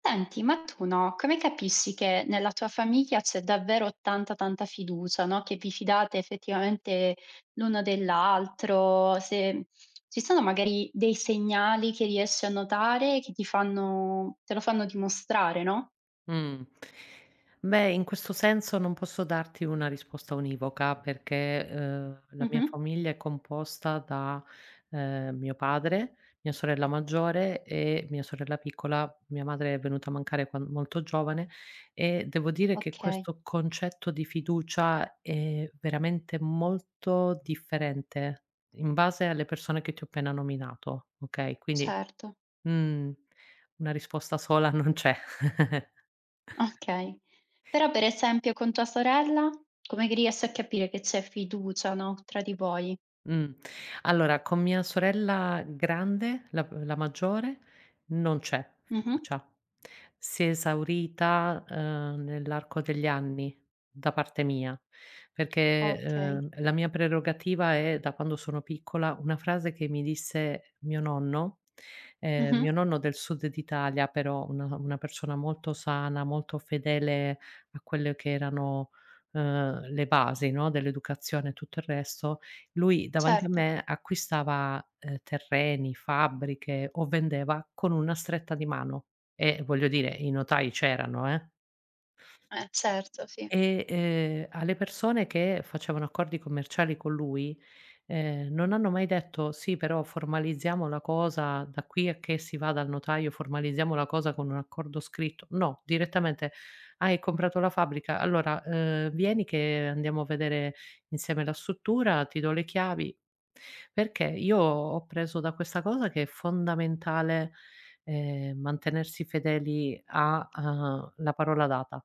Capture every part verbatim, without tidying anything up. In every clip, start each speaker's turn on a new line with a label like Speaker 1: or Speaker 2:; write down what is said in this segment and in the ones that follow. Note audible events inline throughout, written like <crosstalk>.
Speaker 1: Senti, ma tu, no, come capissi che nella tua famiglia c'è davvero tanta, tanta fiducia, no, che vi fidate effettivamente l'uno dell'altro? Se ci sono magari dei segnali che riesci a notare che ti fanno te lo fanno dimostrare, no?
Speaker 2: Mh. Beh, in questo senso non posso darti una risposta univoca perché, uhm, la mia
Speaker 1: Mh-mh.
Speaker 2: famiglia è composta da, ehm, mio padre, mia sorella maggiore e mia sorella piccola. Mia madre è venuta a mancare quan molto giovane e devo dire che
Speaker 1: Okay,
Speaker 2: questo concetto di fiducia è veramente molto differente in base alle persone che ti ho appena nominato, okay? Quindi,
Speaker 1: certo.
Speaker 2: mhmm, una risposta sola non c'è. <laughs>
Speaker 1: Okay. Però per esempio con tua sorella, come che riesci a capire che c'è fiducia, no, tra di voi?
Speaker 2: Mh. Allora, con mia sorella grande, la p la maggiore, non c'è
Speaker 1: Mh-mh.
Speaker 2: fiducia. Si è esaurita, ehm, nell'arco degli anni da parte mia, perché,
Speaker 1: Okay.
Speaker 2: ehm, la mia prerogativa è, da quando sono piccola, una frase che mi disse mio nonno, ehm,
Speaker 1: Mh-mh.
Speaker 2: mio nonno del sud d'Italia, però una una persona molto sana, molto fedele a quelle che erano, ehm, le basi, no, dell'educazione e tutto il resto. Lui davanti a
Speaker 1: Certo.
Speaker 2: me acquistava, ehm, terreni, fabbriche o vendeva con una stretta di mano e voglio dire i notai c'erano, eh.
Speaker 1: Eh, certo, sì.
Speaker 2: E, ehm, alle persone che facevano accordi commerciali con lui, ehm, non hanno mai detto: "Sì, però formalizziamo la cosa da qui a che si va dal notaio, formalizziamo la cosa con un accordo scritto". No, direttamente: "Ah, hai comprato la fabbrica? Allora, ehm, vieni che andiamo a vedere insieme la struttura, ti do le chiavi". Perché io ho preso da questa cosa che è fondamentale, ehm, mantenersi fedeli a, uhm, la parola data,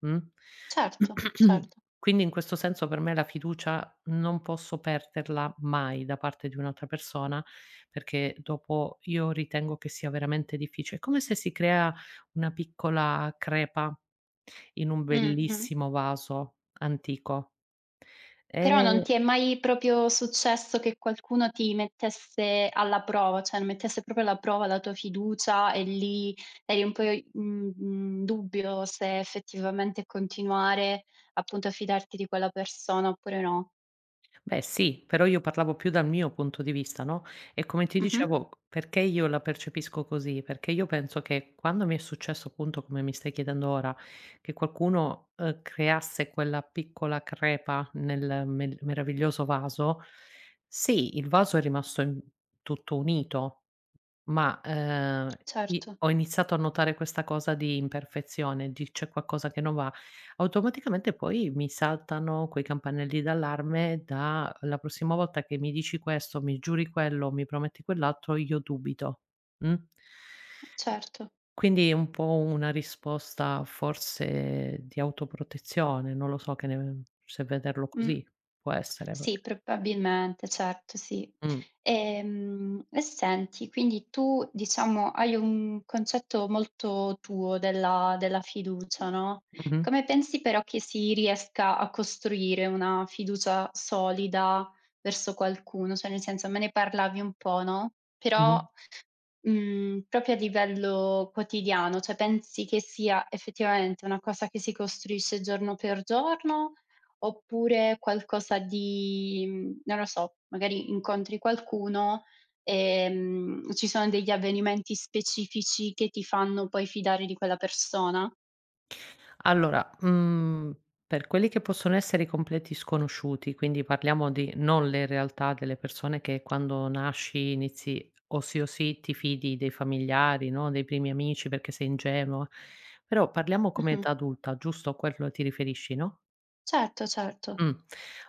Speaker 2: mh?
Speaker 1: Certo,
Speaker 2: <clears throat>
Speaker 1: certo.
Speaker 2: Quindi in questo senso per me la fiducia non posso perderla mai da parte di un'altra persona, perché dopo io ritengo che sia veramente diffici è come se si crea una piccola crepa in un
Speaker 1: Mh-mh.
Speaker 2: bellissimo vaso antico. E
Speaker 1: Però non ti è mai proprio successo che qualcuno ti mettesse alla prova, cioè mettesse proprio alla prova la tua fiducia e lì eri un po' i mhmm, in dubbio se effettivamente continuare appunto a fidarti di quella persona oppure no.
Speaker 2: Beh sì, però io parlavo più dal mio punto di vista, no, e come ti
Speaker 1: Mh-mh.
Speaker 2: dicevo, perché io la percepisco così, perché io penso che quando mi è successo appunto, come mi stai chiedendo ora, che qualcuno, uhm, creasse quella piccola crepa nel mel meraviglioso vaso, sì, il vaso è rimasto in tutto unito, ma, ehm, i
Speaker 1: Certo,
Speaker 2: ho iniziato a notare questa cosa di imperfezione, di c'è qualcosa che non va, automaticamente poi mi saltano quei campanelli d'allarme da: "La prossima volta che mi dici questo, mi giuri quello, mi prometti quell'altro, io dubito", mh?
Speaker 1: certo.
Speaker 2: Quindi è un po' una risposta forse di autoprotezione, non lo so che ne se vederlo
Speaker 1: Mh.
Speaker 2: così, può essere
Speaker 1: Sì,
Speaker 2: perché
Speaker 1: probabilmente, certo, sì.
Speaker 2: mh,
Speaker 1: Ehm, e senti, quindi tu diciamo hai un concetto molto tuo della della fiducia, no,
Speaker 2: mh-mh,
Speaker 1: come pensi però che si riesca a costruire una fiducia solida verso qualcuno? Cioè nel senso, me ne parlavi un po', no,
Speaker 2: mh-mh.
Speaker 1: però Mhmm, proprio a livello quotidiano, cioè pensi che sia effettivamente una cosa che si costruisce giorno per giorno, oppure qualcosa di mhmm, non lo so, magari incontri qualcuno, ehm, ci sono degli avvenimenti specifici che ti fanno poi fidare di quella persona?
Speaker 2: Allora, mhmm, per quelli che possono essere i completi sconosciuti, quindi parliamo di non le realtà delle persone che quando nasci inizi o sì o sì ti fidi dei familiari, no, dei primi amici perché sei ingenua, però parliamo come
Speaker 1: Mh-mh.
Speaker 2: età adulta, giusto? A quello ti riferisci, no?
Speaker 1: Certo, certo,
Speaker 2: Mh.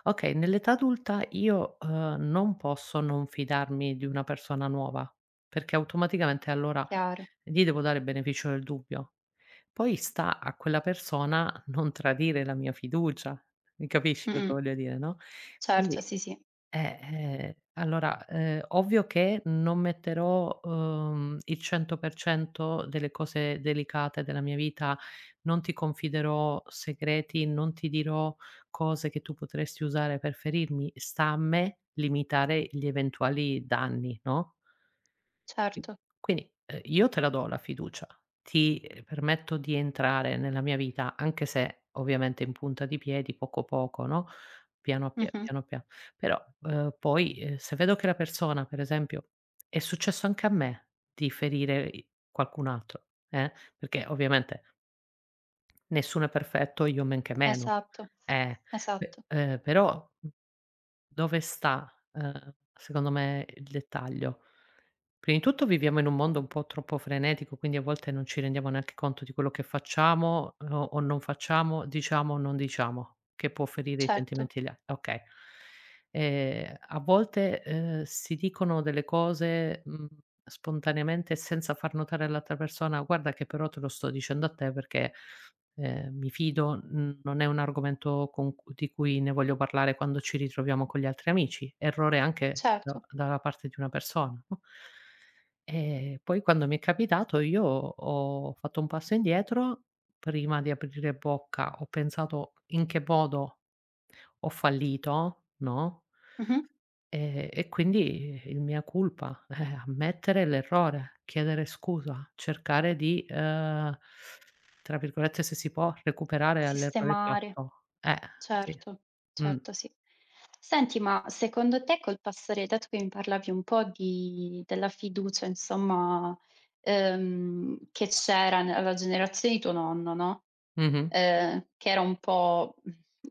Speaker 2: Okay, nell'età adulta io, uhm, non posso non fidarmi di una persona nuova, perché automaticamente allora
Speaker 1: chiaro.
Speaker 2: gli devo dare il beneficio del dubbio. Poi sta a quella persona non tradire la mia fiducia. Mi capisci cosa
Speaker 1: Mh-mh.
Speaker 2: voglio dire, no,
Speaker 1: Certo,
Speaker 2: quindi
Speaker 1: sì, sì,
Speaker 2: eh, eh, allora, ehm, ovvio che non metterò, uhm, il cento per cento delle cose delicate della mia vita, non ti confiderò segreti, non ti dirò cose che tu potresti usare per ferirmi. Sta a me limitare gli eventuali danni, no? Qui
Speaker 1: certo.
Speaker 2: quindi, ehm, io te la do la fiducia, ti, ehm, permetto di entrare nella mia vita, anche se ovviamente in punta di piedi, poco poco, no, piano pia
Speaker 1: Mh-mh.
Speaker 2: piano pia però, ehm, poi, ehm, se vedo che la persona, per esempio è successo anche a me di ferire i qualcun altro, eh, perché ovviamente nessuno è perfetto, io men che meno.
Speaker 1: Esatto,
Speaker 2: Eh, pe
Speaker 1: esatto.
Speaker 2: ehm, però dove sta, ehm, secondo me il dettaglio? Prima di tutto viviamo in un mondo un po' troppo frenetico, quindi a volte non ci rendiamo neanche conto di quello che facciamo o o non facciamo, diciamo o non diciamo, che può ferire i
Speaker 1: Certo,
Speaker 2: sentimenti degli a okay. Ehm, a volte, ehm, si dicono delle cose, mhmm, spontaneamente senza far notare all'altra persona: "Guarda che però te lo sto dicendo a te perché". Ehm, mi fido, mhmm, non è un argomento con cu di cui ne voglio parlare quando ci ritroviamo con gli altri amici, errore anche da
Speaker 1: certo.
Speaker 2: dalla parte di una persona, no? E poi quando mi è capitato io ho fatto un passo indietro, prima di aprire bocca ho pensato: "In che modo ho fallito?" No?
Speaker 1: Mh-mh.
Speaker 2: Ehm, e quindi il mea culpa, eh, ammettere l'errore, chiedere scusa, cercare di, ehm, tra virgolette, se si può, recuperare all'errore
Speaker 1: Sistemare,
Speaker 2: fatto. Eh, sì.
Speaker 1: certo,
Speaker 2: Mh.
Speaker 1: certo, sì. Senti, ma secondo te col passare dato che mi parlavi un po' di della fiducia insomma, ehm, che c'era nella generazione di tuo nonno, no,
Speaker 2: Mh-mh.
Speaker 1: ehm, che era un po'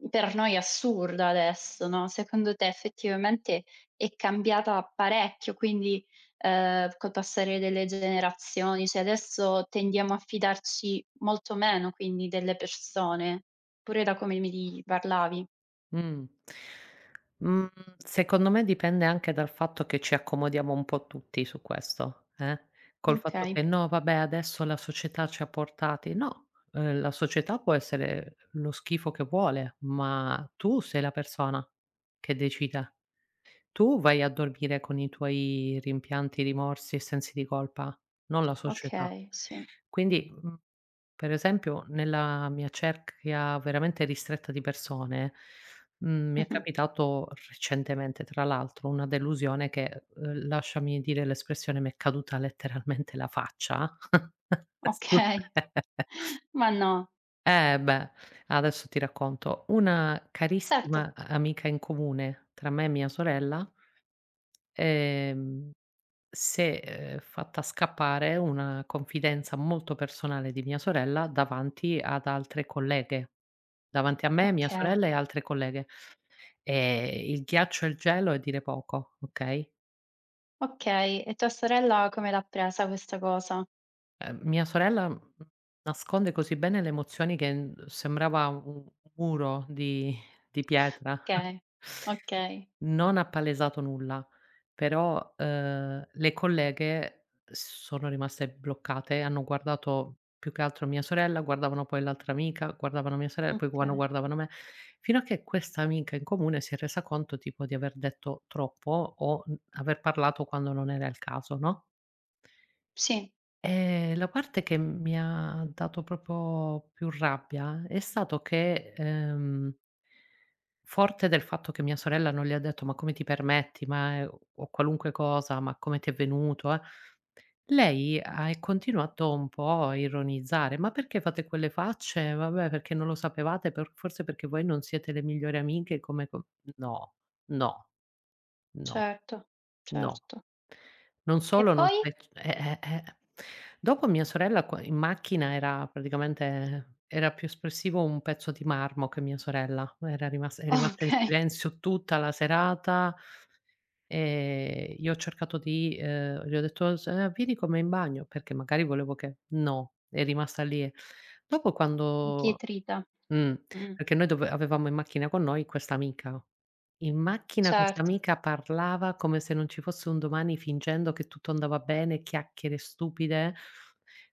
Speaker 1: per noi assurda adesso, no, secondo te effettivamente è cambiata parecchio, quindi, ehm, col passare delle generazioni, cioè adesso tendiamo a fidarci molto meno quindi delle persone, pure da come mi di parlavi.
Speaker 2: Mh. Mhmm, Secondo me dipende anche dal fatto che ci accomodiamo un po' tutti su questo, eh. Col fatto
Speaker 1: Okay,
Speaker 2: che: "No, vabbè adesso la società ci ha portati", no, ehm, la società può essere lo schifo che vuole, ma tu sei la persona che decide. Tu vai a dormire con i tuoi rimpianti, rimorsi e sensi di colpa, non la società.
Speaker 1: okay, sì.
Speaker 2: Quindi, mhmm, per esempio nella mia cerchia veramente ristretta di persone, mhmm, mi è
Speaker 1: Mh-mh.
Speaker 2: capitato recentemente tra l'altro una delusione che, uhm, lasciami dire l'espressione, mi è caduta letteralmente la faccia. <laughs> Scu
Speaker 1: Okay. <laughs> Ma no.
Speaker 2: Eh beh, adesso ti racconto. Una
Speaker 1: Certo.
Speaker 2: carissima a amica in comune tra me e mia sorella Ehm, si è, ehm, fatta scappare una confidenza molto personale di mia sorella davanti ad altre colleghe. Davanti a me, mia
Speaker 1: Okay,
Speaker 2: sorella e altre colleghe. Ehm, il ghiaccio e il gelo è dire poco, okay,
Speaker 1: okay. E tua sorella come l'ha presa questa cosa?
Speaker 2: ehm, mia sorella, mhmm, nasconde così bene le emozioni che, mhmm, sembrava un muro di di pietra.
Speaker 1: Okay,
Speaker 2: <laughs>
Speaker 1: okay.
Speaker 2: Non ha palesato nulla, però, uhm, le colleghe sono rimaste bloccate, hanno guardato più che altro mia sorella, guardavano poi l'altra amica, guardavano mia sorella, poi quando
Speaker 1: Okay.
Speaker 2: guardavano me, fino a che questa amica in comune si è resa conto tipo di aver detto troppo o, mhmm, aver parlato quando non era il caso, no,
Speaker 1: Sì,
Speaker 2: ehm, la parte che mi ha dato proprio più rabbia è stato che, ehm forte del fatto che mia sorella non le ha detto: "Ma come ti permetti? Ma è", o qualunque cosa: "Ma come ti è venuto, eh?". Lei ha e continuato un po' a ironizzare: "Ma perché fate quelle facce? Vabbè, perché non lo sapevate, per forse perché voi non siete le migliori amiche come co" no, no, no.
Speaker 1: certo,
Speaker 2: No.
Speaker 1: certo.
Speaker 2: Non
Speaker 1: E
Speaker 2: solo non
Speaker 1: poi?
Speaker 2: sai c eh, eh, eh. Dopo mia sorella qua in macchina era praticamente era più espressivo un pezzo di marmo che mia sorella, era rimas è
Speaker 1: <laughs>
Speaker 2: rimasta in
Speaker 1: Okay,
Speaker 2: silenzio tutta la serata, ehm, io ho cercato di, ehm, gli ho detto: "S ehm, Vieni con me in bagno", perché magari volevo che no, è rimasta lì. Dopo quando
Speaker 1: impietrita.
Speaker 2: mh,
Speaker 1: Mh,
Speaker 2: perché noi dove avevamo in macchina con noi questa amica. In macchina questa
Speaker 1: certo.
Speaker 2: amica parlava come se non ci fosse un domani fingendo che tutto andava bene, chiacchiere stupide,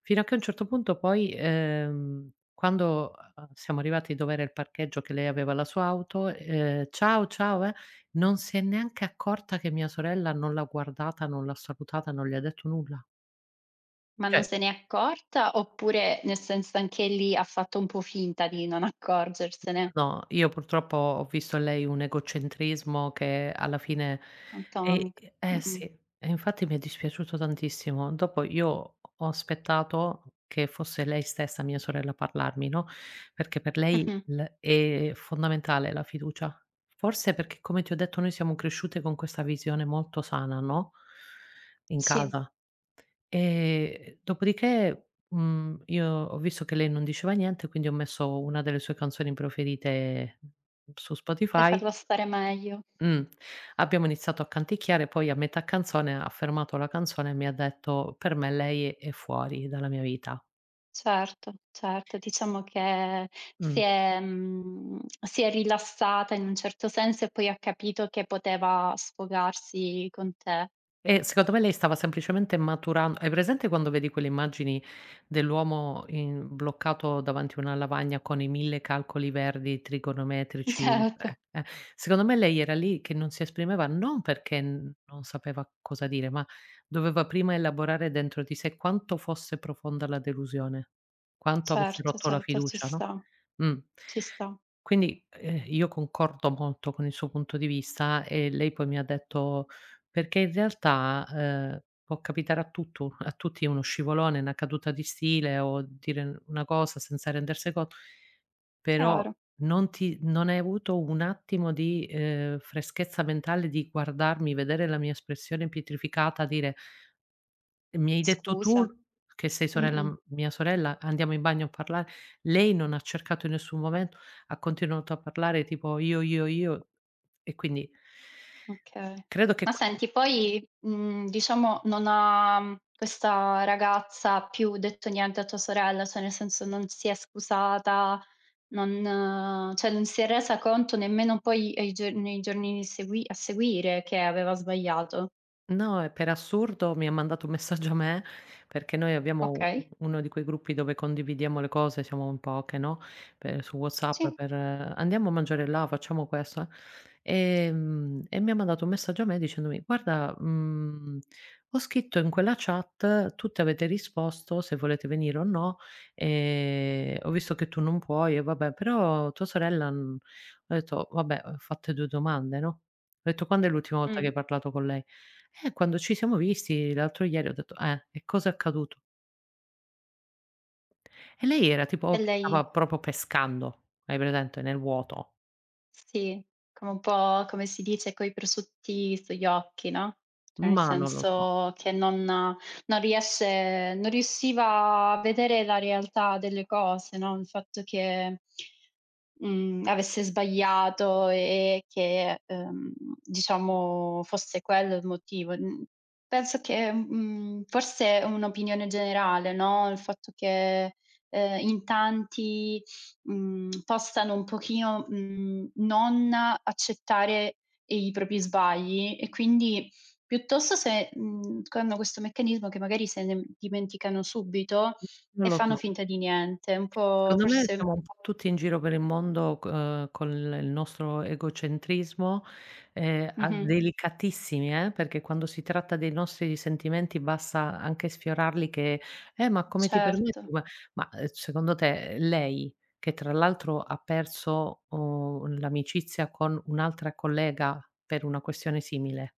Speaker 2: fino a che a un certo punto poi, ehm, quando, uhm, siamo arrivati dov'era il parcheggio che lei aveva la sua auto, ehm: "Ciao, ciao, eh", non si è neanche accorta che mia sorella non l'ha guardata, non l'ha salutata, non gli ha detto nulla.
Speaker 1: Ma non
Speaker 2: Cioè
Speaker 1: se n'è accorta oppure, nel senso, anche lì ha fatto un po' finta di non accorgersene?
Speaker 2: no, io purtroppo ho visto in lei un egocentrismo che alla fine. E
Speaker 1: Atomico.
Speaker 2: eh
Speaker 1: Mh-mh.
Speaker 2: sì, e infatti mi è dispiaciuto tantissimo. Dopo io ho aspettato che fosse lei stessa, mia sorella, a parlarmi, no, perché per lei
Speaker 1: Mh-mh.
Speaker 2: l è fondamentale la fiducia. Forse perché, come ti ho detto, noi siamo cresciute con questa visione molto sana, no, in
Speaker 1: Sì,
Speaker 2: casa. E dopodiché, mhmm, io ho visto che lei non diceva niente, quindi ho messo una delle sue canzoni preferite su
Speaker 1: per
Speaker 2: Spotify.
Speaker 1: farla stare meglio.
Speaker 2: Mh. Abbiamo iniziato a canticchiare, poi a metà canzone ha fermato la canzone e mi ha detto: "Per me lei è fuori dalla mia vita".
Speaker 1: Certo, certo. Diciamo che si
Speaker 2: Mh.
Speaker 1: è mhmm, si è rilassata in un certo senso e poi ha capito che poteva sfogarsi con te.
Speaker 2: E secondo me lei stava semplicemente maturan hai presente quando vedi quelle immagini dell'uomo in bloccato davanti a una lavagna con i mille calcoli verdi
Speaker 1: <laughs>
Speaker 2: trigonometrici?
Speaker 1: Certo.
Speaker 2: Eh, eh, secondo me lei era lì che non si esprimeva non perché n non sapeva cosa dire, ma doveva prima elaborare dentro di sé quanto fosse profonda la delusione, quanto avesse
Speaker 1: Certo,
Speaker 2: rotto la
Speaker 1: certo, ci
Speaker 2: fiducia, no,
Speaker 1: sta,
Speaker 2: mh.
Speaker 1: ci sta.
Speaker 2: Quindi, ehm, io concordo molto con il suo punto di vista e lei poi mi ha detto perché in realtà, ehm, può capitare a tutto a tutti uno scivolone, una caduta di stile o dire n una cosa senza rendersene conto, però
Speaker 1: Chiaro.
Speaker 2: non ti non hai avuto un attimo di, ehm, freschezza mentale di guardarmi, vedere la mia espressione pietrificata, dire: "Mi hai detto tu
Speaker 1: Scusa.
Speaker 2: che sei sorella
Speaker 1: Mh-mh,
Speaker 2: m mia sorella, andiamo in bagno a parlare". Lei non ha cercato in nessun momento, ha continuato a parlare tipo: "Io, io, io". E quindi
Speaker 1: okay.
Speaker 2: credo che
Speaker 1: Ma
Speaker 2: que
Speaker 1: senti, poi, mhmm, diciamo non ha mm, questa ragazza più detto niente a tua sorella, cioè nel senso non si è scusata, non cioè non si è resa conto nemmeno poi ai gio nei giorni segui a seguire che aveva sbagliato?
Speaker 2: no, e per assurdo mi ha mandato un messaggio a me, perché noi abbiamo u
Speaker 1: Okay,
Speaker 2: uno di quei gruppi dove condividiamo le cose, siamo in poche, no, per su WhatsApp
Speaker 1: sì.
Speaker 2: per: eh, "Andiamo a mangiare là, facciamo questo, eh". Ehm, e mi ha mandato un messaggio a me dicendomi: "Guarda, mhmm, ho scritto in quella chat, tutte avete risposto se volete venire o no, ehm, ho visto che tu non puoi e vabbè, però tua sorella", mhmm, ho detto: "Vabbè, ho fatto due domande, no?". Ho detto: "Quando è l'ultima volta che
Speaker 1: Mh.
Speaker 2: hai parlato con lei?". Eh, quando ci siamo visti l'altro ieri ho detto: "Eh, e cosa è accaduto?". E lei era tipo
Speaker 1: E
Speaker 2: che
Speaker 1: lei
Speaker 2: stava proprio pescando, hai presente, nel vuoto?
Speaker 1: Sì, come un po' come si dice, coi prosciutti sugli occhi, no, cioè nel
Speaker 2: Ma non lo so,
Speaker 1: senso che non non riesce non riusciva a vedere la realtà delle cose, no, il fatto che, mhmm, avesse sbagliato e che, ehm, diciamo fosse quello il motivo. Mhmm, penso che, mhmm, forse è un'opinione generale, no, il fatto che, ehm, in tanti Mhmm, possano un pochino, mhmm, non accettare i propri sbagli e quindi piuttosto se, mhmm, che hanno questo meccanismo che magari se ne dimenticano subito
Speaker 2: non
Speaker 1: e
Speaker 2: lo
Speaker 1: fanno
Speaker 2: so.
Speaker 1: finta di niente, un po'
Speaker 2: Secondo me
Speaker 1: forse
Speaker 2: siamo un po' tutti in giro per il mondo c uhm, con il nostro egocentrismo, ehm, a
Speaker 1: mh-mh,
Speaker 2: delicatissimi, eh, perché quando si tratta dei nostri sentimenti basta anche sfiorarli che: "Eh, ma come ti permetti?".
Speaker 1: certo,
Speaker 2: Ma ma, ehm, secondo te lei, che tra l'altro ha perso, uhm, l'amicizia con un'altra collega per una questione simile,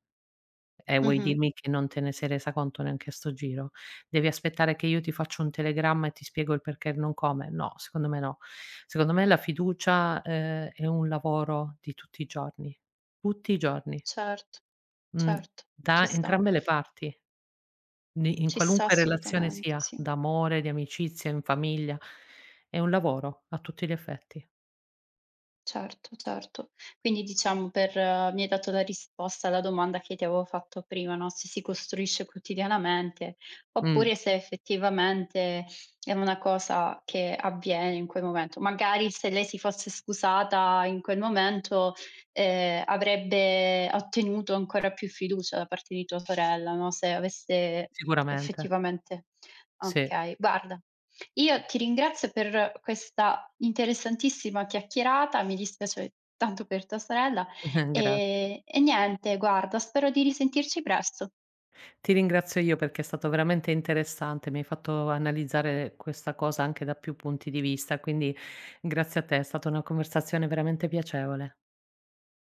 Speaker 2: eh, vuoi
Speaker 1: mh-mh,
Speaker 2: dirmi che non te ne sei resa conto neanche a sto giro? Devi aspettare che io ti faccio un telegramma e ti spiego il perché e il non come? No, secondo me no. Secondo me la fiducia, ehm, è un lavoro di tutti i giorni, tutti i giorni,
Speaker 1: certo,
Speaker 2: mhmm,
Speaker 1: certo, ci
Speaker 2: da
Speaker 1: sta,
Speaker 2: entrambe le parti, ni in
Speaker 1: ci sta
Speaker 2: qualunque relazione
Speaker 1: assolutamente,
Speaker 2: sia,
Speaker 1: sì.
Speaker 2: d'amore, di amicizia, in famiglia. È un lavoro a tutti gli effetti.
Speaker 1: Certo, certo. Quindi diciamo per eh, mi hai dato la risposta alla domanda che ti avevo fatto prima, no, se si costruisce quotidianamente,
Speaker 2: Mh,
Speaker 1: oppure se effettivamente è una cosa che avviene in quel momento. Magari se lei si fosse scusata in quel momento, ehm, avrebbe ottenuto ancora più fiducia da parte di tua sorella, no. se avesse
Speaker 2: sicuramente.
Speaker 1: effettivamente
Speaker 2: Sì,
Speaker 1: Okay, guarda io ti ringrazio per questa interessantissima chiacchierata, mi dispiace tanto per tua sorella,
Speaker 2: <laughs> gra
Speaker 1: ehm, e niente guarda, spero di risentirci presto.
Speaker 2: ti ringrazio io perché è stato veramente interessante, mi hai fatto analizzare questa cosa anche da più punti di vista, quindi grazie a te, è stata una conversazione veramente piacevole.